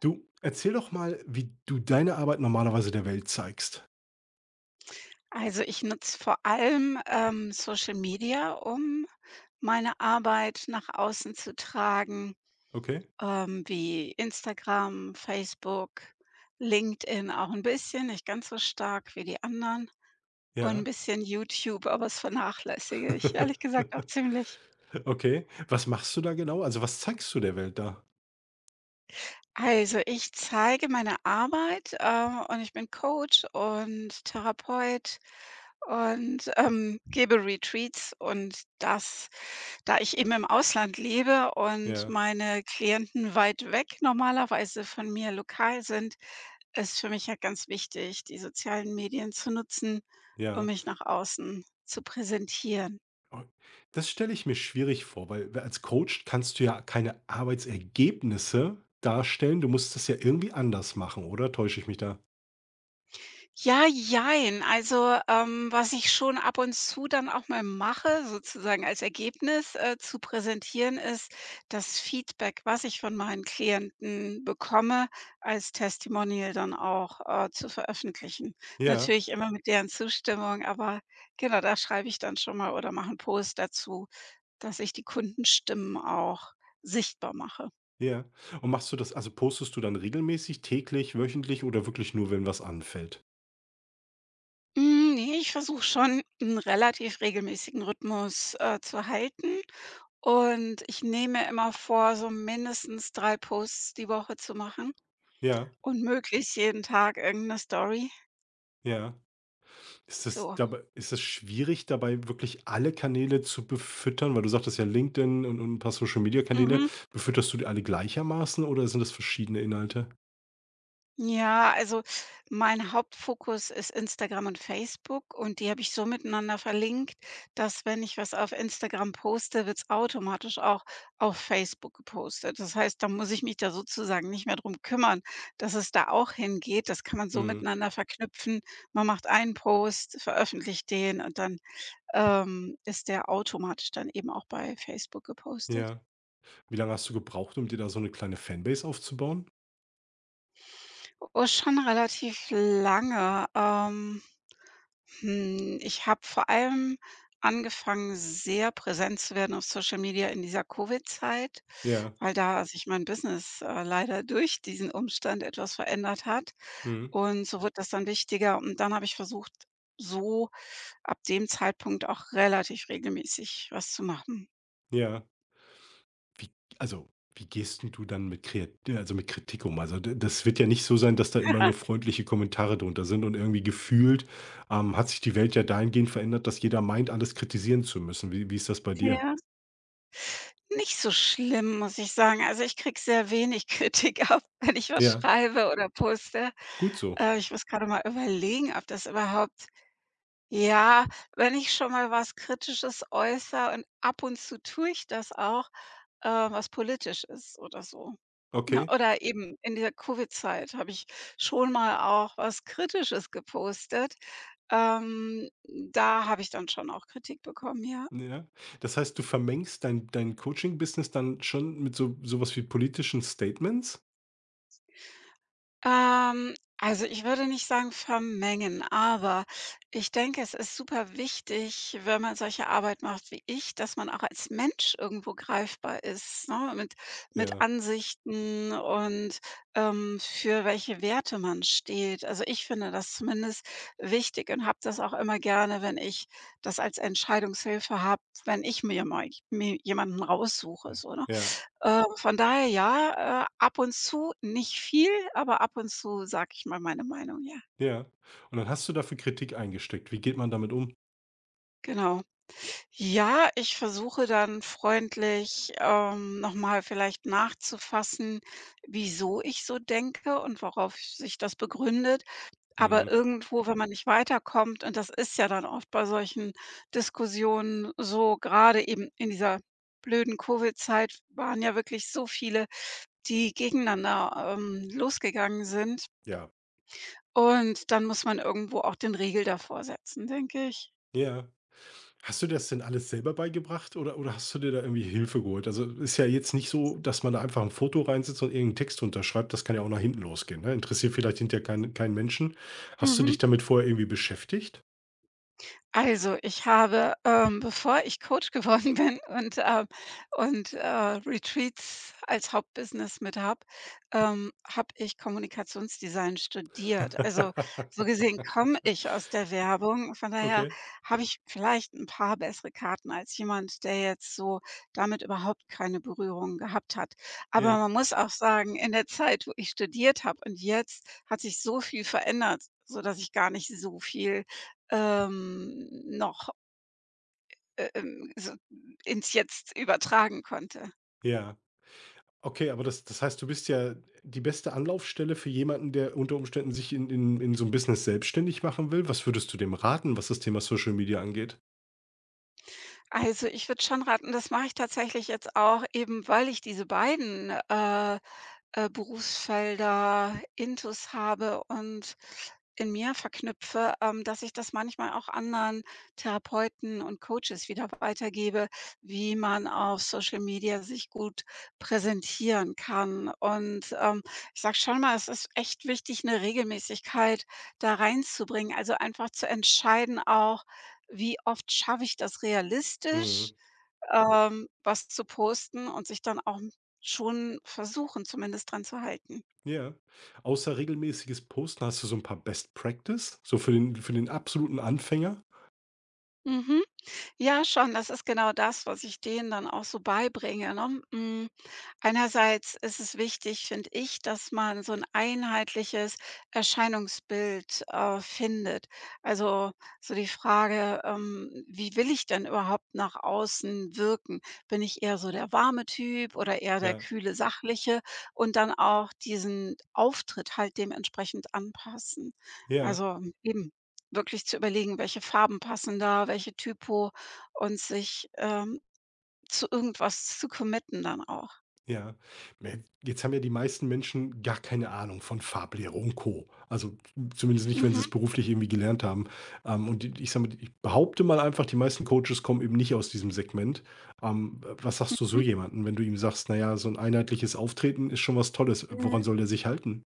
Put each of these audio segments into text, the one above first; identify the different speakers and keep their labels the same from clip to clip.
Speaker 1: Du, erzähl doch mal, wie du deine Arbeit normalerweise der Welt zeigst.
Speaker 2: Also, ich nutze vor allem, Social Media, um meine Arbeit nach außen zu tragen,
Speaker 1: Okay,
Speaker 2: wie Instagram, Facebook, LinkedIn auch ein bisschen, nicht ganz so stark wie die anderen und ein
Speaker 1: ja.
Speaker 2: bisschen YouTube, aber das vernachlässige ich ehrlich gesagt auch ziemlich.
Speaker 1: Okay, was machst du da genau? Also, was zeigst du der Welt da?
Speaker 2: Also, ich zeige meine Arbeit, und ich bin Coach und Therapeut und, gebe Retreats und das, da ich eben im Ausland lebe und
Speaker 1: Ja,
Speaker 2: meine Klienten weit weg normalerweise von mir lokal sind, ist für mich ja ganz wichtig, die sozialen Medien zu nutzen, um
Speaker 1: ja.
Speaker 2: mich nach außen zu präsentieren.
Speaker 1: Oh, das stelle ich mir schwierig vor, weil als Coach kannst du ja keine Arbeitsergebnisse darstellen. Du musst das ja irgendwie anders machen, oder täusche ich mich da?
Speaker 2: Ja, jein. Also, was ich schon ab und zu dann auch mal mache, sozusagen als Ergebnis, zu präsentieren, ist das Feedback, was ich von meinen Klienten bekomme, als Testimonial dann auch, zu veröffentlichen.
Speaker 1: Ja,
Speaker 2: Natürlich immer mit deren Zustimmung, aber genau, da schreibe ich dann schon mal oder mache einen Post dazu, dass ich die Kundenstimmen auch sichtbar mache.
Speaker 1: ja. Und machst du das also postest du dann regelmäßig, täglich, wöchentlich oder wirklich nur, wenn was anfällt?
Speaker 2: Ne, ich versuche schon einen relativ regelmäßigen Rhythmus, zu halten. Und ich nehme mir immer vor, so mindestens 3 Posts die Woche zu machen
Speaker 1: Ja,
Speaker 2: und möglichst jeden Tag irgend 'ne Story,
Speaker 1: ja. Ist es
Speaker 2: so.
Speaker 1: dabei ist es schwierig, dabei wirklich alle Kanäle zu befüttern? Weil du sagtest ja LinkedIn und 'n paar Social-Media-Kanäle.
Speaker 2: Mhm.
Speaker 1: Befütterst du die alle gleichermaßen oder sind das verschiedene Inhalte?
Speaker 2: Ja, also, mein Hauptfokus ist Instagram und Facebook und die habe ich so miteinander verlinkt, dass, wenn ich was auf Instagram poste, wird's automatisch auch auf Facebook gepostet. Das heißt, da muss ich mich da sozusagen nicht mehr drum kümmern, dass es da auch hingeht. Das kann man so
Speaker 1: Mhm,
Speaker 2: miteinander verknüpfen. Man macht einen Post, veröffentlicht den und dann, ist der automatisch dann eben auch bei Facebook gepostet.
Speaker 1: ja. Wie lange hast du gebraucht, um dir da so eine kleine Fanbase aufzubauen?
Speaker 2: Oh, schon relativ lange. Ich habe vor allem angefangen, sehr präsent zu werden auf Social Media in dieser Covid-Zeit,
Speaker 1: Ja,
Speaker 2: weil da sich mein Business, leider durch diesen Umstand etwas verändert hat.
Speaker 1: mhm,
Speaker 2: Und so wird das dann wichtiger. Und dann habe ich versucht, so ab dem Zeitpunkt auch relativ regelmäßig was zu machen.
Speaker 1: ja. Wie Also, wie gehst 'n du dann mit kreat ja, also, mit Kritik um? Also, d das wird ja nicht so sein, dass da immer nur freundliche Kommentare drunter sind und irgendwie gefühlt, hat sich die Welt ja dahingehend verändert, dass jeder meint, alles kritisieren zu müssen. Wie ist das bei dir?
Speaker 2: Ja. Nicht so schlimm, muss ich sagen. Also, ich kriege sehr wenig Kritik ab, wenn ich was
Speaker 1: Ja.
Speaker 2: schreibe oder poste.
Speaker 1: Gut so.
Speaker 2: Ich muss gerade mal überlegen, ob das überhaupt, ja, wenn ich schon mal was Kritisches äußere, und ab und zu tue ich das auch, was politisch ist oder so. Ja,
Speaker 1: Okay.
Speaker 2: oder eben in dieser Covid-Zeit habe ich schon mal auch was Kritisches gepostet. Ähm, da habe ich dann schon auch Kritik bekommen, ja.
Speaker 1: Ja. Das heißt, du vermengst dein Coaching-Business dann schon mit so sowas wie politischen Statements?
Speaker 2: Ähm, also, ich würde nicht sagen vermengen, aber ich denke, es ist super wichtig, wenn man solche Arbeit macht wie ich, dass man auch als Mensch irgendwo greifbar ist, ne? Mit
Speaker 1: Ja.
Speaker 2: Ansichten und, für welche Werte man steht. Also, ich finde das zumindest wichtig und habe das auch immer gerne, wenn ich das als Entscheidungshilfe habe, wenn ich mir mal mir jemanden raussuche so, ne?
Speaker 1: Ja.
Speaker 2: Von daher ja, ab und zu nicht viel, aber ab und zu sage ich mal meine Meinung, ja.
Speaker 1: Ja. Und dann hast du dafür Kritik eingesteckt. Wie geht man damit um?
Speaker 2: Genau. Ja, ich versuche dann freundlich, noch mal vielleicht nachzufassen, wieso ich so denke und worauf sich das begründet. Aber
Speaker 1: Mhm.
Speaker 2: irgendwo, wenn man nicht weiterkommt, und das ist ja dann oft bei solchen Diskussionen so, gerade eben in dieser blöden Covid-Zeit waren ja wirklich so viele, die gegeneinander, losgegangen sind.
Speaker 1: Ja.
Speaker 2: Und dann muss man irgendwo auch den Riegel davor setzen, denke ich.
Speaker 1: Ja. Hast du dir das denn alles selber beigebracht oder hast du dir da irgendwie Hilfe geholt? Also, ist ja jetzt nicht so, dass man da einfach ein Foto reinsetzt und irgend Text unterschreibt. Das kann ja auch nach hinten losgehen, ne? Interessiert vielleicht hinterher keinen Menschen. Hast du
Speaker 2: Mhm.
Speaker 1: dich damit vorher irgendwie beschäftigt?
Speaker 2: Also, ich habe, bevor ich Coach geworden bin und Retreats als Hauptbusiness mit habe, habe ich Kommunikationsdesign studiert. Also, so gesehen komme ich aus der Werbung. Von daher
Speaker 1: Okay.
Speaker 2: habe ich vielleicht ein paar bessere Karten als jemand, der jetzt so damit überhaupt keine Berührung gehabt hat. Aber
Speaker 1: Ja.
Speaker 2: man muss auch sagen, in der Zeit, wo ich studiert habe, und jetzt, hat sich so viel verändert, so dass ich gar nicht so viel ähm, noch, so ins Jetzt übertragen konnte.
Speaker 1: Ja. Okay, aber das heißt, du bist ja die beste Anlaufstelle für jemanden, der unter Umständen sich in so 'n Business selbstständig machen will. Was würdest du dem raten, was das Thema Social Media angeht?
Speaker 2: Also, ich würde schon raten, das mache ich tatsächlich jetzt auch, eben weil ich diese beiden, Berufsfelder Intus habe und in mir verknüpfe, dass ich das manchmal auch anderen Therapeuten und Coaches wieder weitergebe, wie man auf Social Media sich gut präsentieren kann. Und, ich sage schon mal, es ist echt wichtig, eine Regelmäßigkeit da reinzubringen. Also, einfach zu entscheiden auch, wie oft schaffe ich das realistisch,
Speaker 1: Mhm.
Speaker 2: was zu posten, und sich dann auch schon versuchen, zumindest dran zu halten.
Speaker 1: Ja. Außer regelmäßiges Posten, hast du so ein paar Best Practice, so für den absoluten Anfänger?
Speaker 2: Mhm. Ja, schon. Das ist genau das, was ich denen dann auch so beibringe, ne? Einerseits ist es wichtig, finde ich, dass man so ein einheitliches Erscheinungsbild, findet. Also, so die Frage: „Wie will ich denn überhaupt nach außen wirken? Bin ich eher so der warme Typ oder eher der
Speaker 1: Ja.
Speaker 2: kühle, sachliche?" Und dann auch diesen Auftritt halt dementsprechend anpassen.
Speaker 1: Ja.
Speaker 2: Also, eben wirklich zu überlegen, welche Farben passen da, welche Typo, und sich, zu irgendwas zu committen dann auch.
Speaker 1: Ja. Me Jetzt haben ja die meisten Menschen gar keine Ahnung von Farblehre und Co. Also, zumindest nicht, wenn
Speaker 2: Mhm,
Speaker 1: sie es beruflich irgendwie gelernt haben. Und i ich sage mal, ich behaupte mal einfach, die meisten Coaches kommen eben nicht aus diesem Segment. Was sagst du so
Speaker 2: mhm,
Speaker 1: jemandem, wenn du ihm sagst: „Na ja, so ein einheitliches Auftreten ist schon was Tolles.“
Speaker 2: mhm.
Speaker 1: Woran soll der sich halten?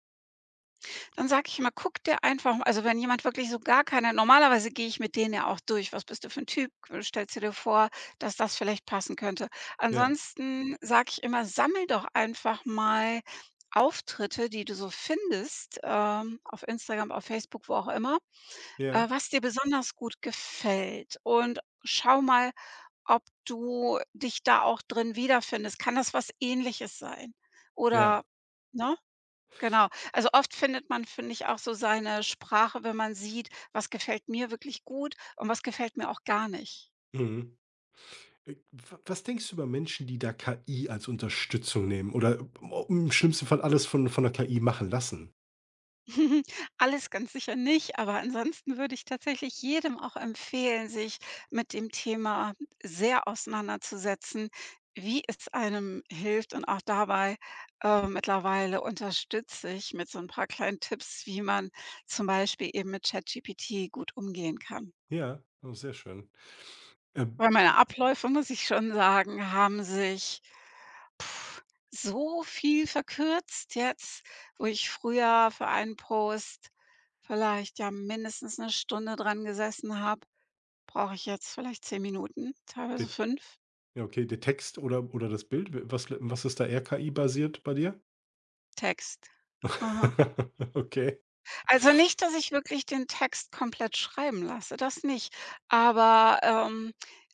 Speaker 2: Dann sage ich immer: „Guck dir einfach", also, wenn jemand wirklich so gar keine, normalerweise gehe ich mit denen ja auch durch: „Was bist du für ein Typ? Stellst du dir vor, dass das vielleicht passen könnte?"
Speaker 1: Ja,
Speaker 2: Ansonsten sage ich immer: „Sammel doch einfach mal Auftritte, die du so findest, auf Instagram, auf Facebook, wo auch immer,
Speaker 1: ja,
Speaker 2: was dir besonders gut gefällt, und schau mal", ob du dich da auch drin wiederfindest. Kann das was Ähnliches sein?
Speaker 1: ja.
Speaker 2: Oder, ne? Genau. Also, oft findet man, finde ich, auch so seine Sprache, wenn man sieht, was gefällt mir wirklich gut und was gefällt mir auch gar nicht.
Speaker 1: Mhm. W Was denkst du über Menschen, die da KI als Unterstützung nehmen oder im schlimmsten Fall alles von der KI machen lassen?
Speaker 2: Alles ganz sicher nicht, aber ansonsten würde ich tatsächlich jedem auch empfehlen, sich mit dem Thema sehr auseinanderzusetzen, wie es einem hilft. Und auch dabei, mittlerweile unterstütze ich mit so ein paar kleinen Tipps, wie man zum Beispiel eben mit ChatGPT gut umgehen kann.
Speaker 1: Ja, oh, sehr schön. Ähm
Speaker 2: Weil meine Abläufe, muss ich schon sagen, haben sich Pff, So viel verkürzt jetzt, wo ich früher für einen Post vielleicht ja mindestens 1 Stunde dran gesessen habe, brauche ich jetzt vielleicht 10 Minuten, teilweise
Speaker 1: De
Speaker 2: fünf.
Speaker 1: Ja, okay, der Text oder das Bild? Was ist da eher KI-basiert bei dir?
Speaker 2: Text. Aha.
Speaker 1: Okay.
Speaker 2: Also, nicht, dass ich wirklich den Text komplett schreiben lasse, das nicht. Aber,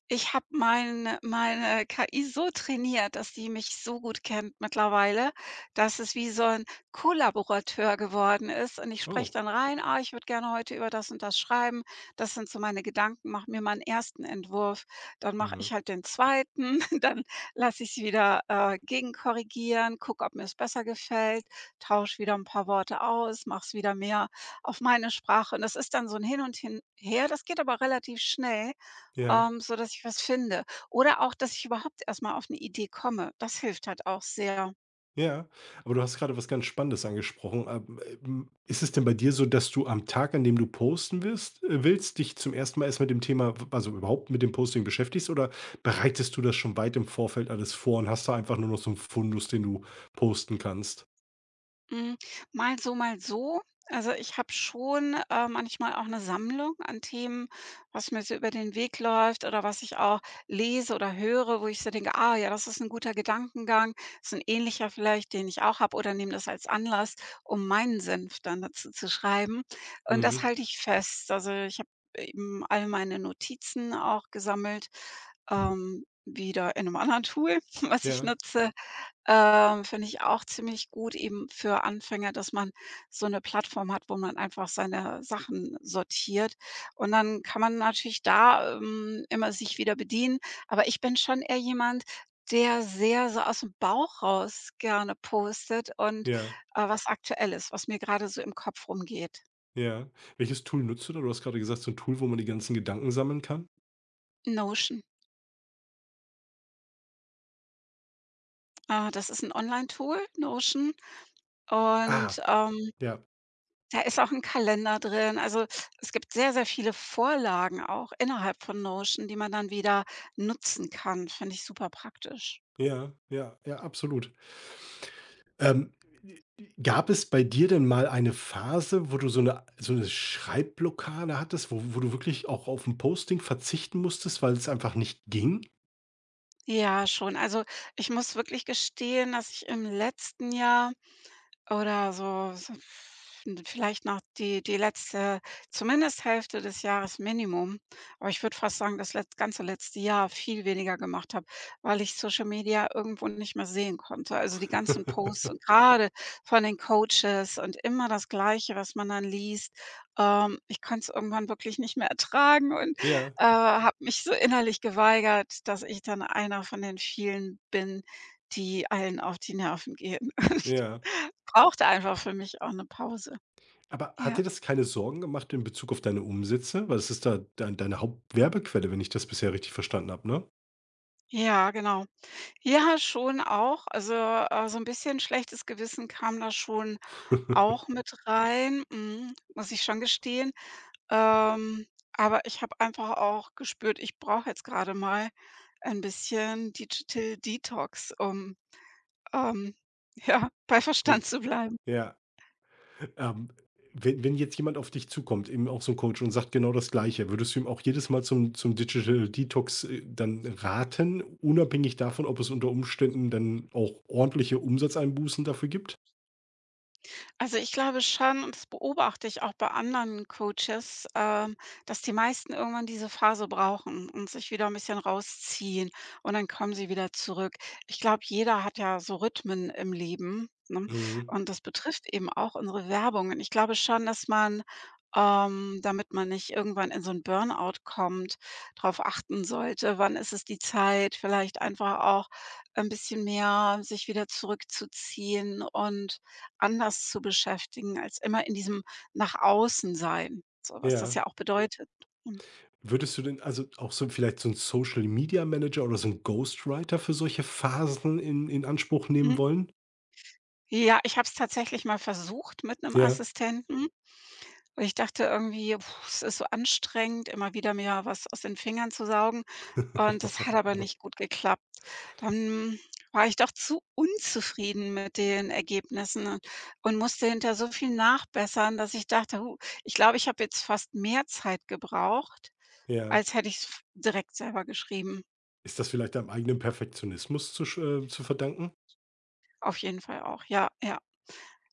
Speaker 2: ich habe meine KI so trainiert, dass sie mich so gut kennt mittlerweile, dass es wie so ein Kollaborateur geworden ist, und ich spreche
Speaker 1: Oh,
Speaker 2: dann rein: „Ah, ich würde gerne heute über das und das schreiben. Das sind so meine Gedanken. Mache mir meinen ersten Entwurf." Dann mache
Speaker 1: mhm.
Speaker 2: ich halt den zweiten, dann lasse ich's wieder, gegenkorrigieren, gucke, ob mir es besser gefällt, tausche wieder 'n paar Worte aus, mache es wieder mehr auf meine Sprache. Und das ist dann so 'n Hin und Hin her. Das geht aber relativ schnell,
Speaker 1: Ja,
Speaker 2: sodass ich was finde. Oder auch, dass ich überhaupt erst mal auf 'ne Idee komme. Das hilft halt auch sehr.
Speaker 1: ja. Aber du hast gerade was ganz Spannendes angesprochen. Ist es denn bei dir so, dass du am Tag, an dem du posten willst, dich zum ersten Mal erst mit dem Thema überhaupt mit dem Posting beschäftigst oder bereitest du das schon weit im Vorfeld alles vor und hast da einfach nur noch so einen Fundus, den du posten kannst?
Speaker 2: Hm, mal so, mal so. Also, ich habe schon, manchmal auch eine Sammlung an Themen, was mir so über den Weg läuft oder was ich auch lese oder höre, wo ich so denke: „Ah ja, das ist ein guter Gedankengang, ist ein ähnlicher vielleicht, den ich auch habe", oder nehme das als Anlass, um meinen Senf dann dazu zu schreiben. Und das
Speaker 1: Mhm.
Speaker 2: halte ich fest. Also, ich habe eben all meine Notizen auch gesammelt, wieder in 'nem anderen Tool, was ich
Speaker 1: Ja,
Speaker 2: nutze. Finde ich auch ziemlich gut eben für Anfänger, dass man so 'ne Plattform hat, wo man einfach seine Sachen sortiert. Und dann kann man natürlich da, immer sich wieder bedienen. Aber ich bin schon eher jemand, der sehr so aus dem Bauch raus gerne postet und,
Speaker 1: ja.
Speaker 2: was Aktuelles, was mir grade so im Kopf rumgeht.
Speaker 1: Ja. Welches Tool nutzt du da? Du hast gerade gesagt, so ein Tool, wo man die ganzen Gedanken sammeln kann?
Speaker 2: Notion. Das ist 'n Online-Tool, Notion,
Speaker 1: Ah,
Speaker 2: und.
Speaker 1: ja.
Speaker 2: Da ist auch 'n Kalender drin. Also, es gibt sehr, sehr viele Vorlagen auch innerhalb von Notion, die man dann wieder nutzen kann. Finde ich super praktisch.
Speaker 1: Ja, ja, ja, absolut. Ähm, Gab es bei dir denn mal eine Phase, wo du so eine Schreibblockade hattest, wo du wirklich auch auf ein Posting verzichten musstest, weil es einfach nicht ging?
Speaker 2: Ja, schon. Also, ich muss wirklich gestehen, dass ich im letzten Jahr, oder so, so n, vielleicht noch die letzte zumindest Hälfte des Jahres Minimum, aber ich würde fast sagen, das letz ganze letzte Jahr viel weniger gemacht habe, weil ich Social Media irgendwo nicht mehr sehen konnte. Also, die ganzen Posts und grade von den Coaches und immer das Gleiche, was man dann liest. Ich konnte es irgendwann wirklich nicht mehr ertragen und,
Speaker 1: Ja,
Speaker 2: habe mich so innerlich geweigert, dass ich dann einer von den vielen bin, die allen auf die Nerven gehen.
Speaker 1: ja.
Speaker 2: Brauchte einfach für mich auch 'ne Pause.
Speaker 1: Aber hat
Speaker 2: Ja,
Speaker 1: dir das keine Sorgen gemacht in Bezug auf deine Umsätze? Weil es ist da deine Hauptwerbequelle, wenn ich das bisher richtig verstanden habe, ne?
Speaker 2: ja, genau. Ja, schon auch. Also, so 'n bisschen schlechtes Gewissen kam da schon auch mit rein, mhm, muss ich schon gestehen. Ähm, aber ich habe einfach auch gespürt, ich brauche jetzt grade mal ein bisschen Digital Detox, um, ähm, ja, bei Verstand zu bleiben.
Speaker 1: Ja. Ähm, wenn jetzt jemand auf dich zukommt, eben auch so 'n Coach und sagt genau das Gleiche, würdest du ihm auch jedes Mal zum Digital Detox, dann raten, unabhängig davon, ob es unter Umständen dann auch ordentliche Umsatzeinbußen dafür gibt?
Speaker 2: Also, ich glaube schon, und das beobachte ich auch bei anderen Coaches, dass die meisten irgendwann diese Phase brauchen und sich wieder ein bisschen rausziehen, und dann kommen sie wieder zurück. Ich glaube, jeder hat ja so Rhythmen im Leben, ne?
Speaker 1: Mhm,
Speaker 2: Und das betrifft eben auch unsere Werbung. Und ich glaube schon, dass man, damit man nicht irgendwann in so ein Burnout kommt, darauf achten sollte, wann ist es die Zeit, vielleicht einfach auch ein bisschen mehr sich wieder zurückzuziehen und anders zu beschäftigen, als immer in diesem nach außen sein, so was das
Speaker 1: ja.
Speaker 2: ja auch bedeutet. Mhm.
Speaker 1: Würdest du denn also auch so vielleicht so 'n Social Media Manager oder so 'n Ghostwriter für solche Phasen in Anspruch nehmen
Speaker 2: Mhm.
Speaker 1: wollen?
Speaker 2: Ja, ich habe es tatsächlich mal versucht mit 'nem
Speaker 1: Ja,
Speaker 2: Assistenten, weil ich dachte irgendwie: „Puh, es ist so anstrengend, immer wieder mir was aus den Fingern zu saugen." Und das hat aber nicht gut geklappt. Dann war ich doch zu unzufrieden mit den Ergebnissen, und musste hinterher so viel nachbessern, dass ich dachte: „Hu, ich glaube, ich habe jetzt fast mehr Zeit gebraucht,
Speaker 1: ja.
Speaker 2: als hätte ich es direkt selber geschrieben."
Speaker 1: Ist das vielleicht deinem eigenen Perfektionismus zu verdanken?
Speaker 2: Auf jeden Fall auch, ja, ja.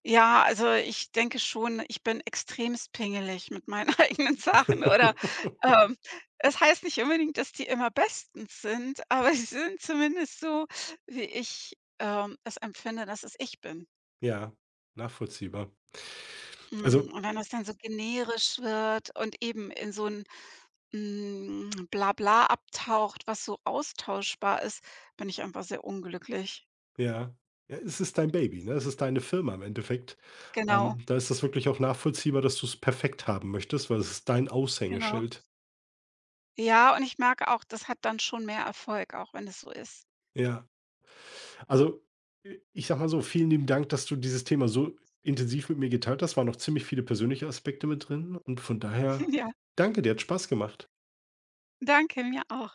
Speaker 2: Ja, also, ich denke schon, ich bin extremst pingelig mit meinen eigenen Sachen, oder, ähm, es heißt nicht unbedingt, dass die immer bestens sind, aber sie sind zumindest so, wie ich, es empfinde, dass es ich bin.
Speaker 1: Ja, nachvollziehbar.
Speaker 2: Hm,
Speaker 1: Also
Speaker 2: und wenn das dann so generisch wird und eben in so ein Blabla abtaucht, was so austauschbar ist, bin ich einfach sehr unglücklich.
Speaker 1: Ja. Ja, es ist dein Baby, ne? Es ist deine Firma im Endeffekt.
Speaker 2: Genau,
Speaker 1: Da ist das wirklich auch nachvollziehbar, dass du es perfekt haben möchtest, weil es ist dein
Speaker 2: genau.
Speaker 1: Aushängeschild.
Speaker 2: Ja, und ich merke auch, das hat dann schon mehr Erfolg, auch wenn es so ist.
Speaker 1: Ja. Also, i ich sag mal so, vielen lieben Dank, dass du dieses Thema so intensiv mit mir geteilt hast. Waren noch ziemlich viele persönliche Aspekte mit drin und von daher
Speaker 2: Ja,
Speaker 1: danke, dir hat Spaß gemacht.
Speaker 2: danke, mir auch.